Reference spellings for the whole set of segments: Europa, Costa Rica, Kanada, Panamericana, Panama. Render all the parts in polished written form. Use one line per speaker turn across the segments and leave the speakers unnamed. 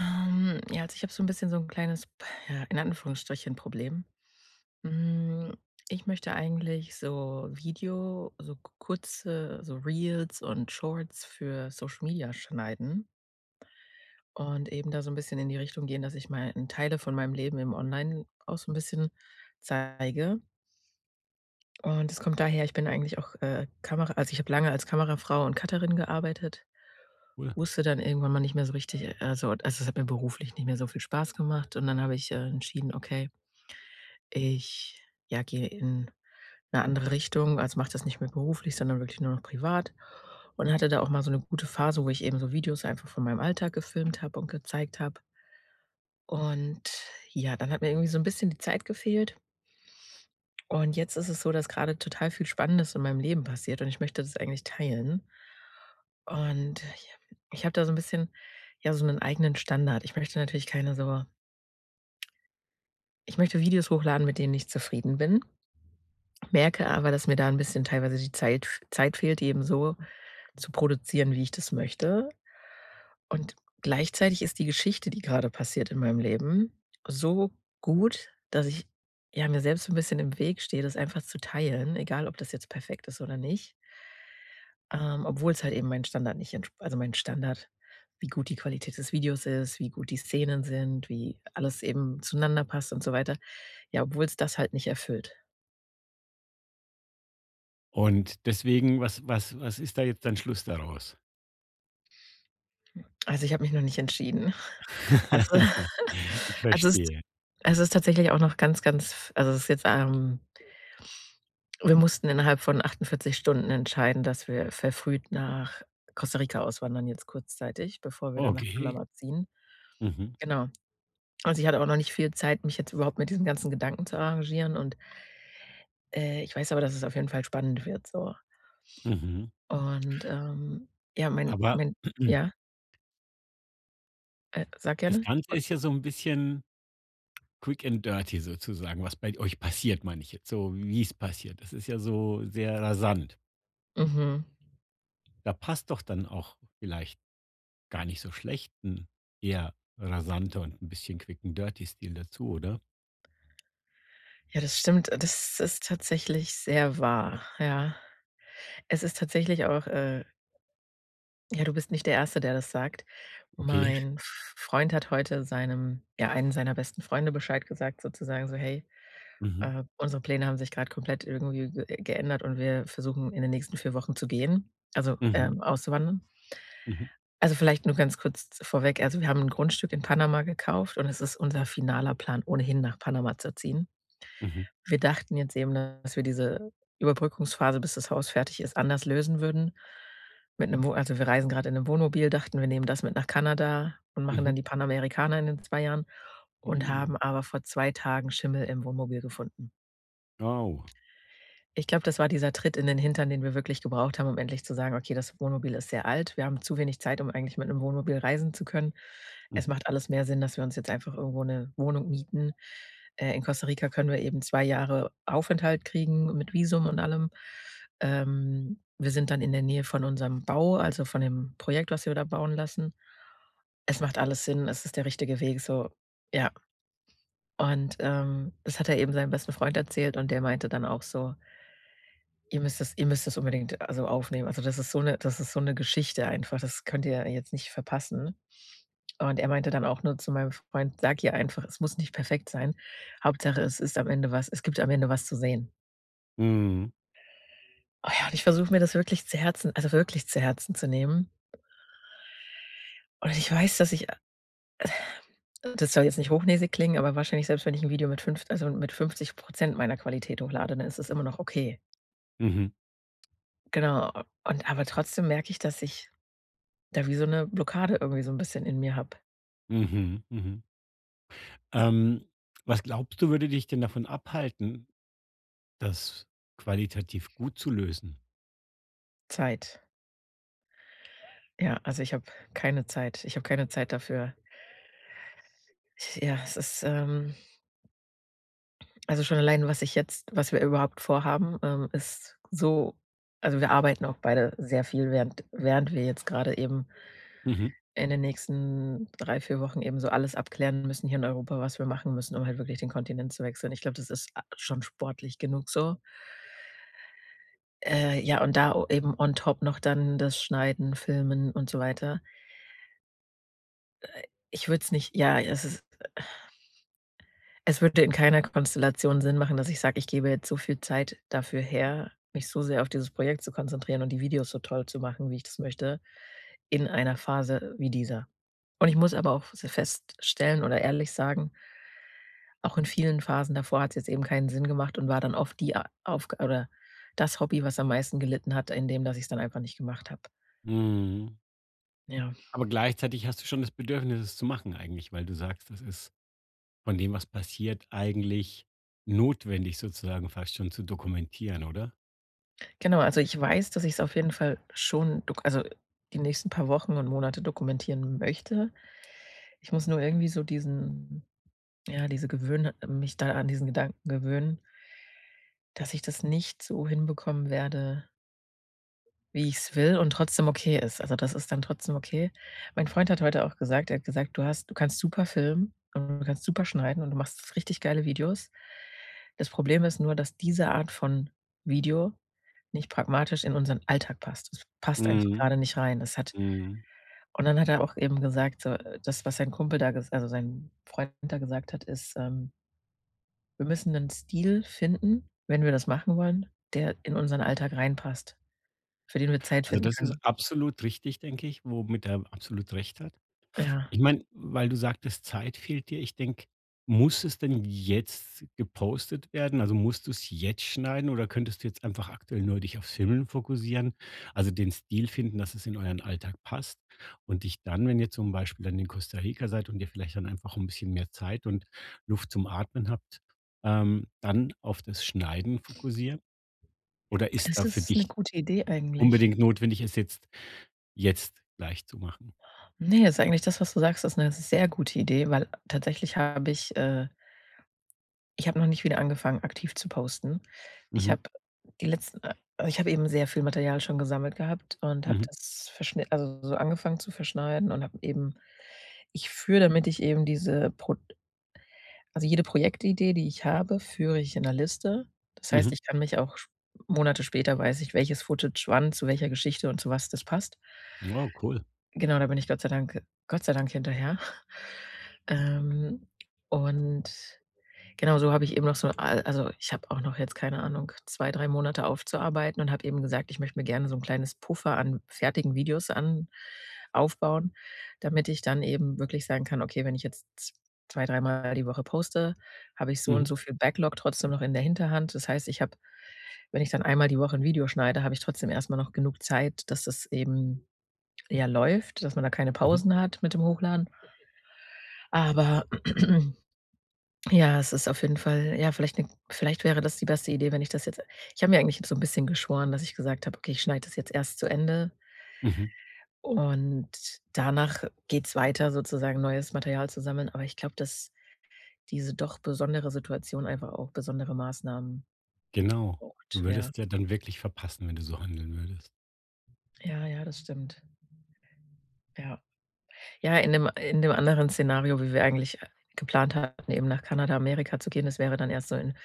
Ja, also ich habe so ein bisschen so ein kleines, ja, in Anführungsstrichen Problem. Hm, Ich möchte eigentlich so Video so kurze so Reels und Shorts für Social Media schneiden und eben da so ein bisschen in die Richtung gehen, dass ich mein Teile von meinem Leben im Online auch so ein bisschen zeige. Und es kommt daher, ich bin eigentlich auch, Kamera, also ich habe lange als Kamerafrau und Cutterin gearbeitet.
Cool.
Wusste dann irgendwann mal nicht mehr so richtig, also es hat mir beruflich nicht mehr so viel Spaß gemacht und dann habe ich, entschieden: „Okay, ich, ja, gehe in eine andere Richtung, also, mache das nicht mehr beruflich, sondern wirklich nur noch privat.“ Und hatte da auch mal so eine gute Phase, wo ich eben so Videos einfach von meinem Alltag gefilmt habe und gezeigt habe. Und ja, dann hat mir irgendwie so ein bisschen die Zeit gefehlt. Und jetzt ist es so, dass gerade total viel Spannendes in meinem Leben passiert und ich möchte das eigentlich teilen. Und ich habe da so ein bisschen, ja, so einen eigenen Standard. Ich möchte natürlich keine so ich möchte Videos hochladen, mit denen ich zufrieden bin, merke aber, dass mir da ein bisschen teilweise die Zeit fehlt, die eben so zu produzieren, wie ich das möchte. Und gleichzeitig ist die Geschichte, die gerade passiert in meinem Leben, so gut, dass ich, ja, mir selbst so 'n bisschen im Weg stehe, das einfach zu teilen, egal ob das jetzt perfekt ist oder nicht. Obwohl es halt eben mein Standard nicht entspricht, also mein Standard, wie gut die Qualität des Videos ist, wie gut die Szenen sind, wie alles eben zueinander passt und so weiter. Ja, obwohl es das halt nicht erfüllt.
Und deswegen, was ist da jetzt dann Schluss daraus?
Also, ich habe mich noch nicht entschieden. Also
Ich
also es,
verstehe.
also es ist tatsächlich auch noch ganz, ganz, also es ist jetzt, wir mussten innerhalb von 48 Stunden entscheiden, dass wir verfrüht nach Costa Rica auswandern jetzt kurzzeitig, bevor wir dann nach
Okay.
Panama ziehen.
Mhm,
Genau. Also, ich hatte auch noch nicht viel Zeit, mich jetzt überhaupt mit diesen ganzen Gedanken zu arrangieren und ich weiß aber, dass es auf jeden Fall spannend wird so.
mhm.
Und, ja, mein
Aber
mein ja, sag
das
gerne.
Ganze
Und
ist ja so ein bisschen quick and dirty sozusagen, was bei euch passiert, meine ich jetzt, so wie es passiert. Das ist ja so sehr rasant.
mhm.
Da passt doch dann auch vielleicht gar nicht so schlecht ein eher rasanter und ein bisschen quick and dirty Stil dazu, oder?
Ja, das stimmt. Das ist tatsächlich sehr wahr, ja. Es ist tatsächlich auch, ja, du bist nicht der Erste, der das sagt.
Okay.
Mein F Freund hat heute seinem ja, einen seiner besten Freunde Bescheid gesagt sozusagen so: „Hey,
Mhm,
unsere Pläne haben sich grad komplett irgendwie ge geändert und wir versuchen in den nächsten 4 Wochen zu gehen, also,
mhm,
auszuwandern.“
mhm,
Also, vielleicht nur ganz kurz vorweg. Also, wir haben ein Grundstück in Panama gekauft und es ist unser finaler Plan, ohnehin nach Panama zu ziehen.
mhm,
Wir dachten jetzt eben, dass wir diese Überbrückungsphase, bis das Haus fertig ist, anders lösen würden. Mit einem Wo, also, wir reisen gerade in einem Wohnmobil, dachten, wir nehmen das mit nach Kanada und machen
mhm,
dann die Panamericana in den 2 Jahren und
mhm.
haben aber vor 2 Tagen Schimmel im Wohnmobil gefunden.
Oh.
Ich glaube, das war dieser Tritt in den Hintern, den wir wirklich gebraucht haben, um endlich zu sagen: „Okay, das Wohnmobil ist sehr alt. Wir haben zu wenig Zeit, um eigentlich mit einem Wohnmobil reisen zu können. Es
Mhm.
macht alles mehr Sinn, dass wir uns jetzt einfach irgendwo eine Wohnung mieten.“ In Costa Rica können wir eben 2 Jahre Aufenthalt kriegen mit Visum und allem. Wir sind dann in der Nähe von unserem Bau, also von dem Projekt, was wir da bauen lassen. Es macht alles Sinn. Es ist der richtige Weg so, ja. Und, das hat er eben seinem besten Freund erzählt und der meinte dann auch so: ihr müsst das unbedingt, also, aufnehmen. Also, das ist so eine das ist so eine Geschichte einfach, das könnt ihr jetzt nicht verpassen. Und er meinte dann auch nur zu meinem Freund: „Sag ihr einfach, es muss nicht perfekt sein. Hauptsache, es ist am Ende was es gibt am Ende was zu sehen.“
Mhm.
Oh ja, und ich versuche mir das wirklich zu Herzen, also, wirklich zu Herzen zu nehmen. Und ich weiß, dass ich, das soll jetzt nicht hochnäsig klingen, aber wahrscheinlich selbst wenn ich ein Video mit fünf, also, mit 50% meiner Qualität hochlade, dann ist es immer noch okay.
Mhm.
Genau. Und aber trotzdem merke ich, dass ich da wie so 'ne Blockade irgendwie so 'n bisschen in mir habe.
Mhm. Mhm. Ähm, Was glaubst du, würde dich denn davon abhalten, das qualitativ gut zu lösen?
Zeit. Ja, also, ich habe keine Zeit. Ich habe keine Zeit dafür. Ja, es ist, also, schon allein, was ich jetzt was wir überhaupt vorhaben, ist so, also, wir arbeiten auch beide sehr viel, während wir jetzt gerade eben
Mhm.
in den nächsten 3 bis 4 Wochen eben so alles abklären müssen hier in Europa, was wir machen müssen, um halt wirklich den Kontinent zu wechseln. Ich glaube, das ist a schon sportlich genug so. Ja, und da o eben on top noch dann das Schneiden, Filmen und so weiter. Ich würde es nicht ja, es ist es würde in keiner Konstellation Sinn machen, dass ich sage, ich gebe jetzt so viel Zeit dafür her, mich so sehr auf dieses Projekt zu konzentrieren und die Videos so toll zu machen, wie ich das möchte, in einer Phase wie dieser. Und ich muss aber auch s feststellen oder ehrlich sagen, auch in vielen Phasen davor hat es jetzt eben keinen Sinn gemacht und war dann oft die Aufgabe oder das Hobby, was am meisten gelitten hat, in dem, dass ich es dann einfach nicht gemacht habe.
Mhm.
Ja.
Aber gleichzeitig hast du schon das Bedürfnis, es zu machen eigentlich, weil du sagst, das ist von dem, was passiert, eigentlich notwendig sozusagen fast schon zu dokumentieren, oder?
Genau, also ich weiß, dass ich es auf jeden Fall schon dok, also die nächsten paar Wochen und Monate dokumentieren möchte. Ich muss nur irgendwie so diesen ja, diese gewöhn mich da an diesen Gedanken gewöhnen, dass ich das nicht so hinbekommen werde wie ich's will und trotzdem okay ist. Also, das ist dann trotzdem okay. Mein Freund hat heute auch gesagt er hat gesagt: „Du hast du kannst super filmen und du kannst super schneiden und du machst richtig geile Videos.“ Das Problem ist nur, dass diese Art von Video nicht pragmatisch in unseren Alltag passt. Es passt einfach
Mhm.
gerade nicht rein. Es hat
Mhm.
und dann hat er auch eben gesagt, so, das, was sein Kumpel da ges, also, sein Freund da gesagt hat, ist, „Wir müssen einen Stil finden, wenn wir das machen wollen, der in unseren Alltag reinpasst, für den wir Zeit
Also
finden
das ist
können.“
absolut richtig, denke ich, womit er absolut recht hat.
Ja.
Ich meine, weil du sagtest, Zeit fehlt dir. Ich denke, muss es denn jetzt gepostet werden? Also musst du es jetzt schneiden oder könntest du jetzt einfach aktuell nur dich aufs Filmen fokussieren? Also den Stil finden, dass es in euren Alltag passt und dich dann, wenn ihr zum Beispiel dann in Costa Rica seid und ihr vielleicht dann einfach ein bisschen mehr Zeit und Luft zum Atmen habt, dann auf das Schneiden fokussieren? Oder ist
Das
da für
ist 'ne
dich
gute Idee eigentlich.
unbedingt notwendig, es jetzt gleich zu machen?
Ne, ist eigentlich das, was du sagst, ist 'ne sehr gute Idee, weil tatsächlich habe ich ich habe noch nicht wieder angefangen, aktiv zu posten. Ich
Mhm,
habe die letzten also, ich habe eben sehr viel Material schon gesammelt gehabt und habe
mhm,
das verschni, also, so angefangen zu verschneiden und habe eben ich führe, damit ich eben diese Pro, also, jede Projektidee, die ich habe, führe ich in 'ner Liste. Das heißt,
mhm.
ich kann mich auch sch Monate später weiß ich, welches Footage wann zu welcher Geschichte und zu was das passt.
Oh, cool.
Genau, da bin ich Gott sei Dank hinterher. Ähm, und genau so habe ich eben noch so al, also, ich habe auch noch jetzt, keine Ahnung, 2, 3 Monate aufzuarbeiten und habe eben gesagt, ich möchte mir gerne so ein kleines Puffer an fertigen Videos an aufbauen, damit ich dann eben wirklich sagen kann: „Okay, wenn ich jetzt z zwei, dreimal die Woche poste, habe ich so
Mhm,
und so viel Backlog trotzdem noch in der Hinterhand.“ Das heißt, ich habe wenn ich dann einmal die Woche ein Video schneide, habe ich trotzdem erst mal noch genug Zeit, dass das eben ja läuft, dass man da keine
mhm,
Pausen hat mit dem Hochladen. Aber ja, es ist auf jeden Fall ja, vielleicht 'ne vielleicht wäre das die beste Idee, wenn ich das jetzt ich habe mir eigentlich so ein bisschen geschworen, dass ich gesagt habe: „Okay, ich schneide das jetzt erst zu Ende
mhm.
und danach geht's weiter, sozusagen neues Material zu sammeln.“ Aber ich glaube, dass diese doch besondere Situation einfach auch besondere Maßnahmen
Genau.
braucht.
Du
Ja.
würdest ja dann wirklich verpassen, wenn du so handeln würdest.
Ja, das stimmt. Ja. Ja, in dem anderen Szenario, wie wir eigentlich, geplant hatten, eben nach Kanada, Amerika zu gehen, das wäre dann erst so in,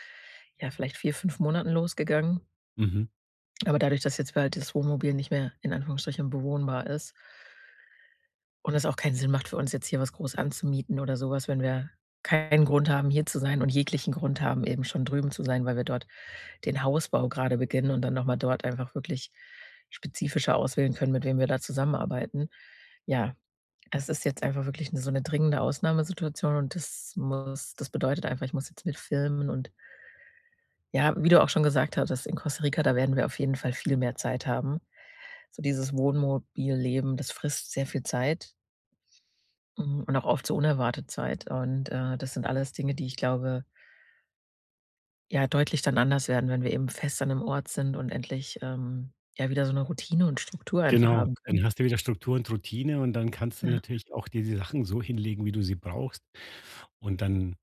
ja, vielleicht 4, 5 Monaten losgegangen.
Mhm.
Aber dadurch, dass jetzt halt das Wohnmobil nicht mehr in Anführungsstrichen bewohnbar ist und es auch keinen Sinn macht für uns, jetzt hier was groß anzumieten oder sowas, wenn wir keinen Grund haben, hier zu sein und jeglichen Grund haben, eben schon drüben zu sein, weil wir dort den Hausbau gerade beginnen und dann noch mal dort einfach wirklich spezifischer auswählen können, mit wem wir da zusammenarbeiten. Ja, es ist jetzt einfach wirklich 'ne so 'ne dringende Ausnahmesituation und das muss das bedeutet einfach, ich muss jetzt mitfilmen und ja, wie du auch schon gesagt hattest, in Costa Rica, da werden wir auf jeden Fall viel mehr Zeit haben. So dieses Wohnmobilleben, das frisst sehr viel Zeit, mhm, und auch oft so unerwartet Zeit und, das sind alles Dinge, die ich glaube, ja, deutlich dann anders werden, wenn wir eben fest an 'nem Ort sind und endlich, ja, wieder so 'ne Routine und Struktur einfach
Genau.
haben
Dann
können.
hast du wieder Struktur und Routine und dann kannst du
Ja.
natürlich auch dir die Sachen so hinlegen, wie du sie brauchst. Und dann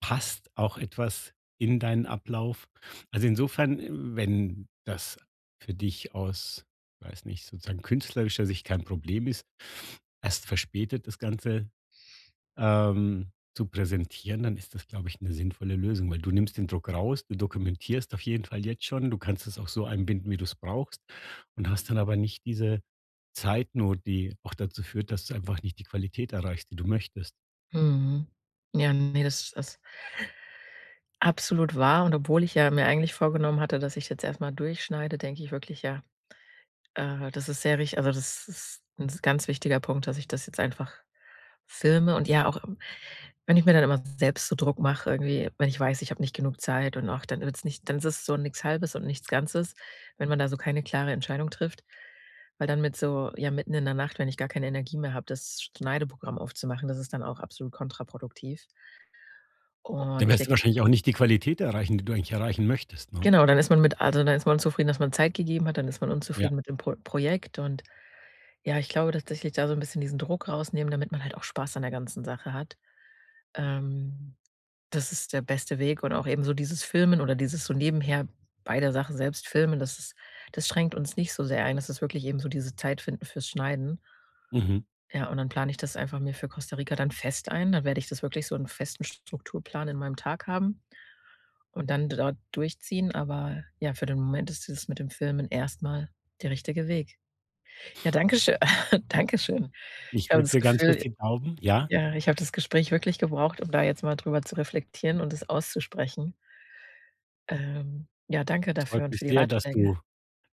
passt auch etwas in deinen Ablauf. Also insofern, wenn das für dich aus, weiß nicht, sozusagen künstlerischer Sicht kein Problem ist, erst verspätet das Ganze zu präsentieren, dann ist das, glaube ich, eine sinnvolle Lösung, weil du nimmst den Druck raus, du dokumentierst auf jeden Fall jetzt schon, du kannst es auch so einbinden, wie du es brauchst und hast dann aber nicht diese Zeitnot, die auch dazu führt, dass du einfach nicht die Qualität erreichst, die du möchtest.
Mhm. Ja, ne, das das absolut wahr und obwohl ich ja mir eigentlich vorgenommen hatte, dass ich jetzt erst mal durchschneide, denke ich wirklich, ja, das ist sehr rich, also, das ist 'n ganz wichtiger Punkt, dass ich das jetzt einfach filme und ja auch, wenn ich mir dann immer selbst so Druck mache irgendwie, wenn ich weiß, ich habe nicht genug Zeit und auch dann wird's nicht dann ist es so nichts Halbes und nichts Ganzes, wenn man da so keine klare Entscheidung trifft. Weil dann mit so ja, mitten in der Nacht, wenn ich gar keine Energie mehr habe, das Schneideprogramm aufzumachen, das ist dann auch absolut kontraproduktiv und
Dann
ich
wirst du
denke
wahrscheinlich auch nicht die Qualität erreichen, die du eigentlich erreichen möchtest, ne?
Genau, dann ist man mit, also, dann ist man unzufrieden, dass man Zeit gegeben hat, dann ist man
Ja.
unzufrieden mit dem Pro Projekt und ja, ich glaube tatsächlich da so 'n bisschen diesen Druck rausnehmen, damit man halt auch Spaß an der ganzen Sache hat. Ähm, das ist der beste Weg und auch eben so dieses Filmen oder dieses so nebenher bei der Sache selbst filmen, das ist das schränkt uns nicht so sehr ein. Das ist wirklich eben so diese Zeit finden fürs Schneiden.
Mhm.
Ja, und dann plane ich das einfach mir für Costa Rica dann fest ein. Dann werde ich das wirklich so 'n festen Strukturplan in meinem Tag haben und dann dort durchziehen. Aber ja, für den Moment ist dieses mit dem Filmen erst mal der richtige Weg. Ja, danke schö danke schön. Ich
Ich
habe
drücke
das
dir ganz fest
Gefühl
die Daumen. Ja,
ja, ich habe das Gespräch wirklich gebraucht, um da jetzt mal drüber zu reflektieren und es auszusprechen. Ja, danke
es
dafür
freut
und
mich
für die
sehr, dass
Ratschläge.
du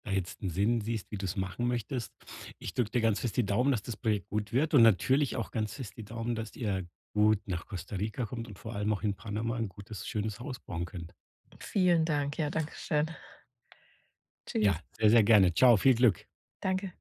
da jetzt einen Sinn siehst, wie du es machen möchtest. Ich drücke dir ganz fest die Daumen, dass das Projekt gut wird und natürlich auch ganz fest die Daumen, dass ihr gut nach Costa Rica kommt und vor allem auch in Panama ein gutes, schönes Haus bauen könnt.
Vielen Dank. Ja, danke schön. Tschüss.
Ja, sehr, sehr gerne. Ciao, viel Glück.
Danke.